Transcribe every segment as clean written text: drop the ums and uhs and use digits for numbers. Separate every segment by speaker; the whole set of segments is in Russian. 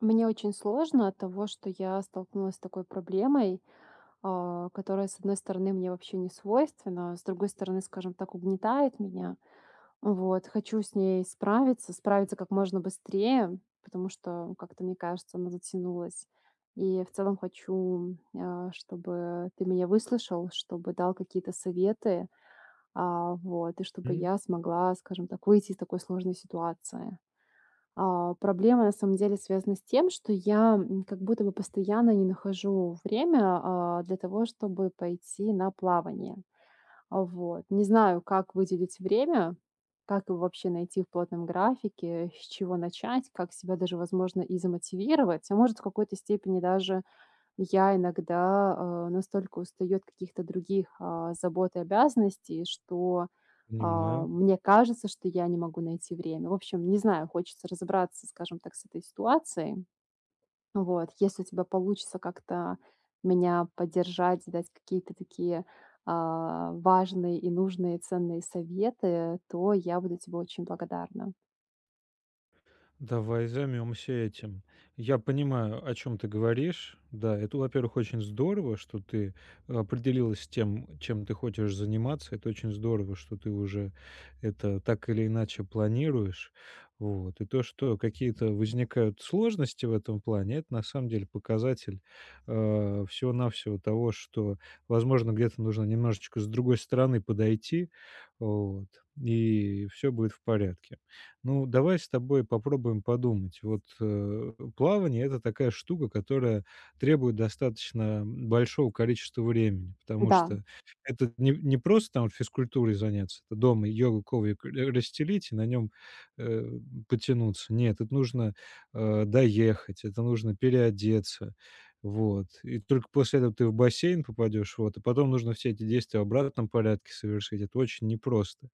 Speaker 1: Мне очень сложно от того, что я столкнулась с такой проблемой, которая, с одной стороны, мне вообще не свойственна, а с другой стороны, скажем так, угнетает меня. Вот, хочу с ней справиться как можно быстрее, потому что как-то, мне кажется, она затянулась. И в целом хочу, чтобы ты меня выслушал, чтобы дал какие-то советы, вот, и чтобы
Speaker 2: М,
Speaker 1: я смогла, скажем так, выйти из такой сложной ситуации. Проблема на самом деле связана с тем, что я, как будто бы постоянно не нахожу время, для того, чтобы пойти на плавание. Вот. Не знаю, как выделить время, как его вообще найти в плотном графике, с чего начать, как себя даже, возможно, и замотивировать, а может, в какой-то степени даже я иногда, настолько устаю от каких-то других, забот и обязанностей, что,
Speaker 2: Понимаю.
Speaker 1: мне кажется, что я не могу найти время. В общем, не знаю, хочется разобраться, скажем так, с этой ситуацией. Вот, если у тебя получится как-то меня поддержать, дать какие-то такие, важные и нужные, ценные советы, то я буду тебе очень благодарна.
Speaker 2: Давай займемся этим. Я понимаю, о чем ты говоришь. Да, это, во-первых, очень здорово, что ты определилась с тем, чем ты хочешь заниматься. Это очень здорово, что ты уже это так или иначе планируешь. Вот. И то, что какие-то возникают сложности в этом плане, это на самом деле показатель всего-навсего того, что, возможно, где-то нужно немножечко с другой стороны подойти, вот, и все будет в порядке. Ну, давай с тобой попробуем подумать. Вот плавание это такая штука, которая требует достаточно большого количества времени, потому
Speaker 1: Да,
Speaker 2: что это не просто там вот физкультурой заняться, это дома йога коврик расстелить и на нем потянуться. Нет, это нужно доехать, это нужно переодеться. Вот. И только после этого ты в бассейн попадешь, вот, и потом нужно все эти действия в обратном порядке совершить. Это очень непросто.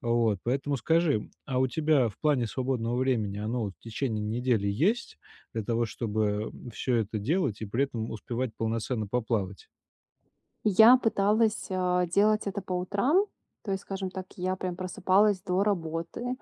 Speaker 2: Вот, поэтому скажи, а у тебя в плане свободного времени оно вот в течение недели есть для того, чтобы все это делать и при этом успевать полноценно поплавать?
Speaker 1: я пыталась, делать это по утрам. То есть, скажем так, я прям просыпалась до работы.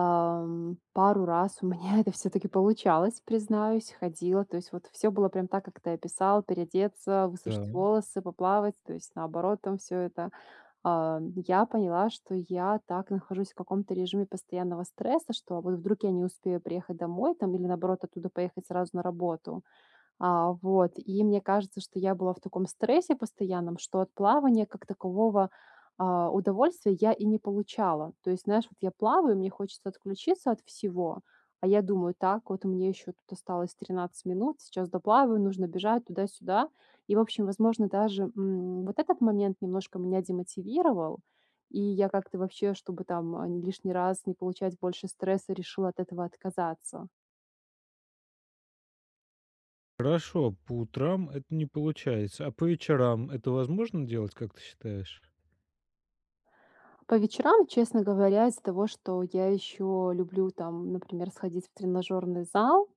Speaker 1: Пару раз у меня это все таки получалось, признаюсь, ходила. То есть вот все было прям так, как ты описал: переодеться, высушить
Speaker 2: Да,
Speaker 1: волосы, поплавать. То есть наоборот там все это. А, я поняла, что я так нахожусь в каком-то режиме постоянного стресса, что вот вдруг я не успею приехать домой там или, наоборот, оттуда поехать сразу на работу. Вот, и мне кажется, что я была в таком стрессе постоянном, что от плавания как такового, удовольствия я и не получала. То есть, знаешь, вот я плаваю, мне хочется отключиться от всего, а я думаю: "Так, вот мне еще тут осталось 13 минут, сейчас доплаваю, нужно бежать туда-сюда". И, в общем, возможно, даже, вот этот момент немножко меня демотивировал, и я как-то вообще, чтобы там, лишний раз не получать больше стресса, решила от этого отказаться.
Speaker 2: хорошо, по утрам это не получается. А по вечерам это возможно делать, как ты считаешь?
Speaker 1: По вечерам, честно говоря, из-за того, что я еще люблю там, например, сходить в тренажерный зал,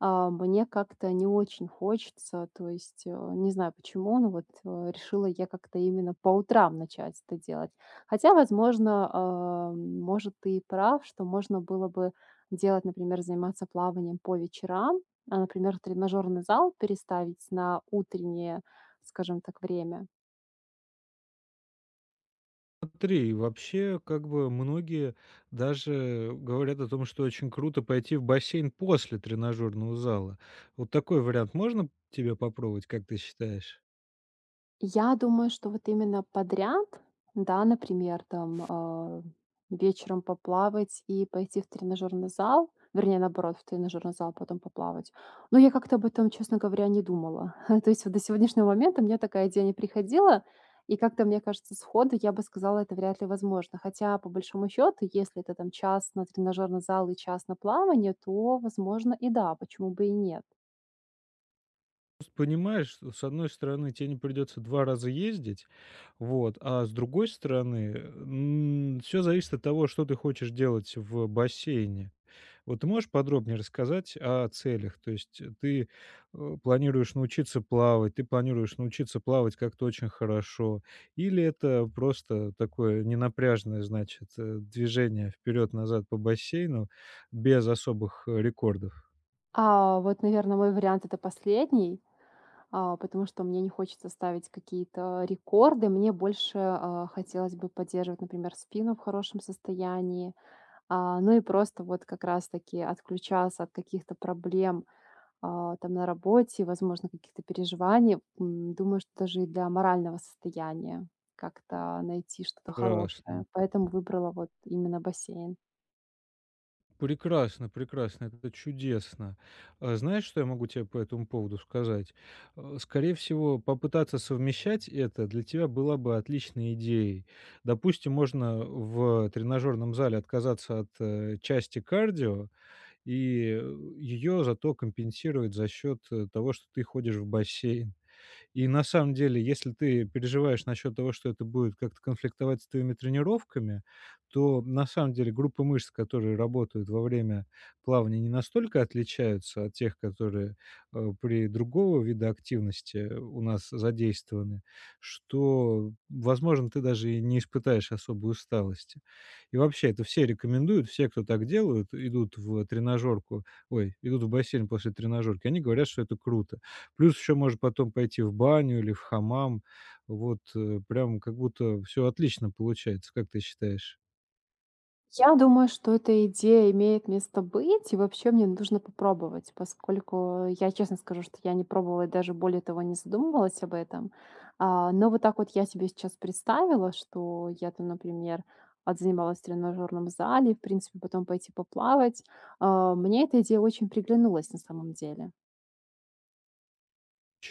Speaker 1: мне как-то не очень хочется, то есть не знаю почему, но вот решила я как-то именно по утрам начать это делать. Хотя, возможно, может, ты и прав, что можно было бы делать, например, заниматься плаванием по вечерам, например, тренажерный зал переставить на утреннее, скажем так, время.
Speaker 2: Смотри, вообще, как бы многие даже говорят о том, что очень круто пойти в бассейн после тренажерного зала. Вот такой вариант можно тебе попробовать, как ты считаешь?
Speaker 1: Я думаю, что вот именно подряд, да, например, там, вечером поплавать и пойти в тренажерный зал, вернее, наоборот, в тренажерный зал, а потом поплавать. Но я как-то об этом, честно говоря, не думала. То есть вот до сегодняшнего момента мне такая идея не приходила, и как-то, мне кажется, сходу я бы сказала, это вряд ли возможно. Хотя, по большому счету, если это там час на тренажерный зал и час на плавание, то, возможно, и да, почему бы и нет.
Speaker 2: Просто понимаешь, что, с одной стороны, тебе не придется 2 раза ездить, вот, а с другой стороны, все зависит от того, что ты хочешь делать в бассейне. Вот ты можешь подробнее рассказать о целях? То есть, ты, планируешь научиться плавать, ты планируешь научиться плавать как-то очень хорошо, или это просто такое ненапряжное, значит, движение вперед-назад по бассейну без особых, рекордов?
Speaker 1: А вот, наверное, мой вариант это последний. Потому что мне не хочется ставить какие-то рекорды. Мне больше хотелось бы поддерживать, например, спину в хорошем состоянии, ну и просто вот как раз-таки отключаться от каких-то проблем там на работе, возможно, каких-то переживаний. Думаю, что даже и для морального состояния как-то найти что-то хорошее.
Speaker 2: Прекрасно.
Speaker 1: Поэтому выбрала вот именно бассейн.
Speaker 2: Прекрасно, прекрасно, это чудесно. А, знаешь, что я могу тебе по этому поводу сказать? Скорее всего, попытаться совмещать это для тебя была бы отличной идеей. Допустим, можно в тренажерном зале отказаться от, части кардио и ее зато компенсировать за счет того, что ты ходишь в бассейн. И на самом деле, если ты переживаешь насчет того, что это будет как-то конфликтовать с твоими тренировками, то на самом деле группы мышц, которые работают во время плавания, не настолько отличаются от тех, которые при другого вида активности у нас задействованы, что, возможно, ты даже и не испытаешь особой усталости. И вообще это все рекомендуют, все, кто так делают, идут в тренажерку, ой, идут в бассейн после тренажерки, они говорят, что это круто. Плюс еще может потом пойти в баню или в хамам. Вот, прям как будто все отлично получается. Как ты считаешь?
Speaker 1: Я думаю, что эта идея имеет место быть, и вообще мне нужно попробовать, поскольку я честно скажу, что я не пробовала и даже более того не задумывалась об этом. Но вот так вот я себе сейчас представила, что я там, например, отзанималась в тренажерном зале, в принципе, потом пойти поплавать. Мне эта идея очень приглянулась на самом деле.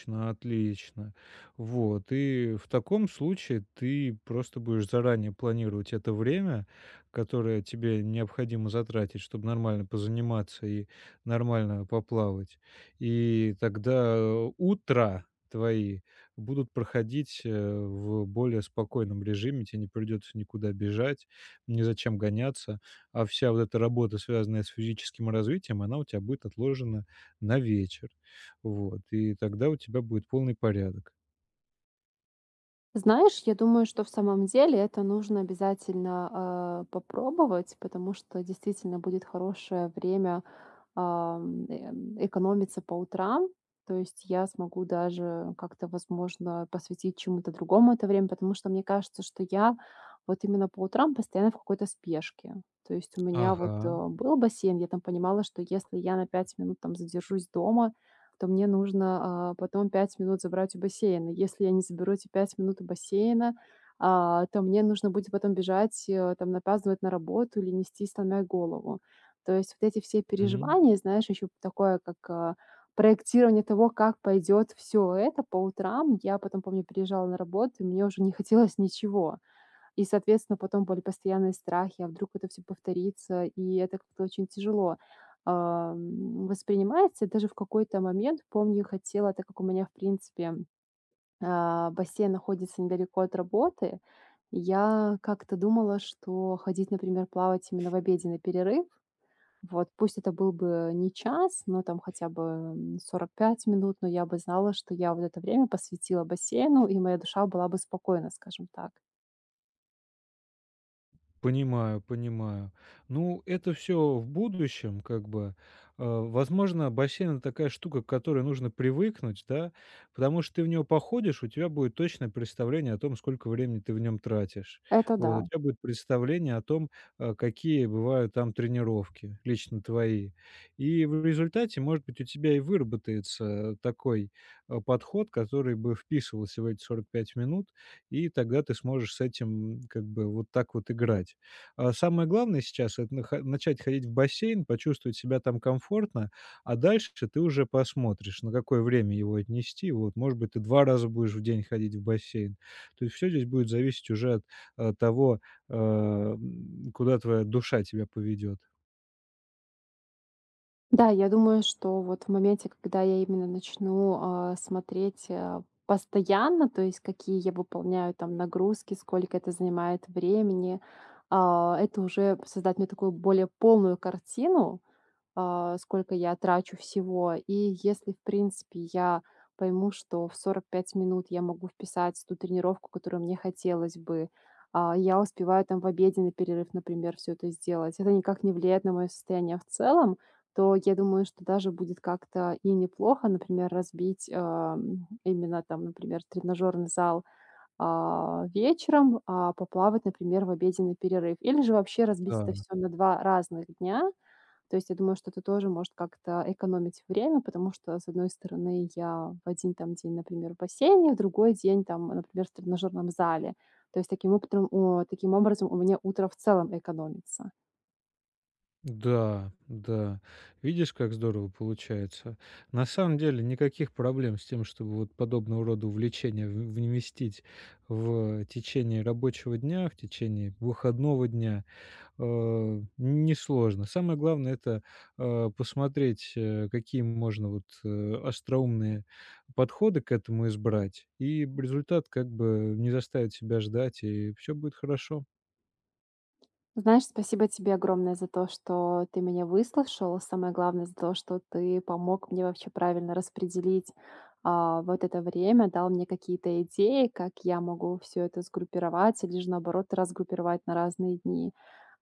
Speaker 2: Отлично, отлично. Вот, и в таком случае ты просто будешь заранее планировать это время, которое тебе необходимо затратить, чтобы нормально позаниматься и нормально поплавать. И тогда утра твои будут проходить в более спокойном режиме, тебе не придется никуда бежать, ни зачем гоняться, а вся вот эта работа, связанная с физическим развитием, она у тебя будет отложена на вечер. Вот, и тогда у тебя будет полный порядок.
Speaker 1: Знаешь, я думаю, что в самом деле это нужно обязательно попробовать, потому что действительно будет хорошее время экономиться по утрам. То есть я смогу даже как-то, возможно, посвятить чему-то другому это время, потому что мне кажется, что я вот именно по утрам постоянно в какой-то спешке. То есть у меня вот
Speaker 2: Ага,
Speaker 1: был бассейн, я там понимала, что если я на 5 минут там задержусь дома, то мне нужно потом 5 минут забрать у бассейна. Если я не заберу эти 5 минут у бассейна, то мне нужно будет потом бежать, там, напаздывать на работу или нести сломя голову. То есть вот эти все
Speaker 2: мгм.
Speaker 1: переживания, знаешь, еще такое, как, проектирование того, как пойдет все. Это по утрам. Я потом, помню, приезжала на работу, и мне уже не хотелось ничего. И, соответственно, потом были постоянные страхи, а вдруг это все повторится, и это как-то очень тяжело, воспринимается. И даже в какой-то момент, помню, хотела, так как у меня, в принципе, бассейн находится недалеко от работы, я как-то думала, что ходить, например, плавать именно в обеденный перерыв, вот, пусть это был бы не час, но там хотя бы 45 минут, но я бы знала, что я вот это время посвятила бассейну, и моя душа была бы спокойна, скажем так.
Speaker 2: Понимаю, понимаю. Ну, это все в будущем как бы. Возможно, бассейн- это такая штука, к которой нужно привыкнуть, да, потому что ты в него походишь, у тебя будет точное представление о том, сколько времени ты в нем тратишь.
Speaker 1: Это да.
Speaker 2: Вот, у тебя будет представление о том, какие бывают там тренировки, лично твои. И в результате, может быть, у тебя и выработается такой, подход, который бы вписывался в эти 45 минут. И тогда ты сможешь с этим как бы вот так вот играть. А самое главное сейчас- это нах начать ходить в бассейн, почувствовать себя там комфортно, а дальше ты уже посмотришь, на какое время его отнести. Вот, может быть, ты 2 раза будешь в день ходить в бассейн. То есть все здесь будет зависеть уже от, того, куда твоя душа тебя поведет.
Speaker 1: Да, я думаю, что вот в моменте, когда я именно начну смотреть постоянно, то есть какие я выполняю там нагрузки, сколько это занимает времени, это уже создать мне такую более полную картину, сколько я трачу всего. И если, в принципе, я пойму, что в 45 минут я могу вписать ту тренировку, которую мне хотелось бы, я успеваю там в обеденный перерыв, например, все это сделать, это никак не влияет на мое состояние в целом, то я думаю, что даже будет как-то и неплохо, например, разбить именно там, например, тренажерный зал вечером, а поплавать, например, в обеденный перерыв. Или же вообще разбить это
Speaker 2: Да.
Speaker 1: все на 2 разных дня, то есть я думаю, что это тоже может как-то экономить время, потому что, с одной стороны, я в один там день, например, в бассейне, в другой день там, например, в тренажерном зале. То есть таким образом у меня утро в целом экономится.
Speaker 2: Да, да. Видишь, как здорово получается. На самом деле никаких проблем с тем, чтобы вот подобного рода увлечения вместить в течение рабочего дня, в течение выходного дня, несложно. Самое главное это посмотреть, какие можно вот остроумные подходы к этому избрать, и результат как бы не заставит себя ждать, и все будет хорошо.
Speaker 1: Ну, знаешь, спасибо тебе огромное за то, что ты меня выслушал. Самое главное за то, что ты помог мне вообще правильно распределить вот это время, дал мне какие-то идеи, как я могу все это сгруппировать или же наоборот разгруппировать на разные дни.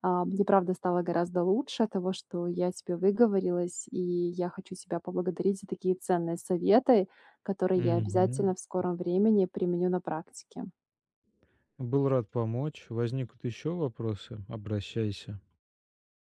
Speaker 1: Мне правда стало гораздо лучше от того, что я тебе выговорилась, и я хочу тебя поблагодарить за такие ценные советы, которые я обязательно в скором времени применю на практике.
Speaker 2: Был рад помочь. Возникнут еще вопросы, обращайся.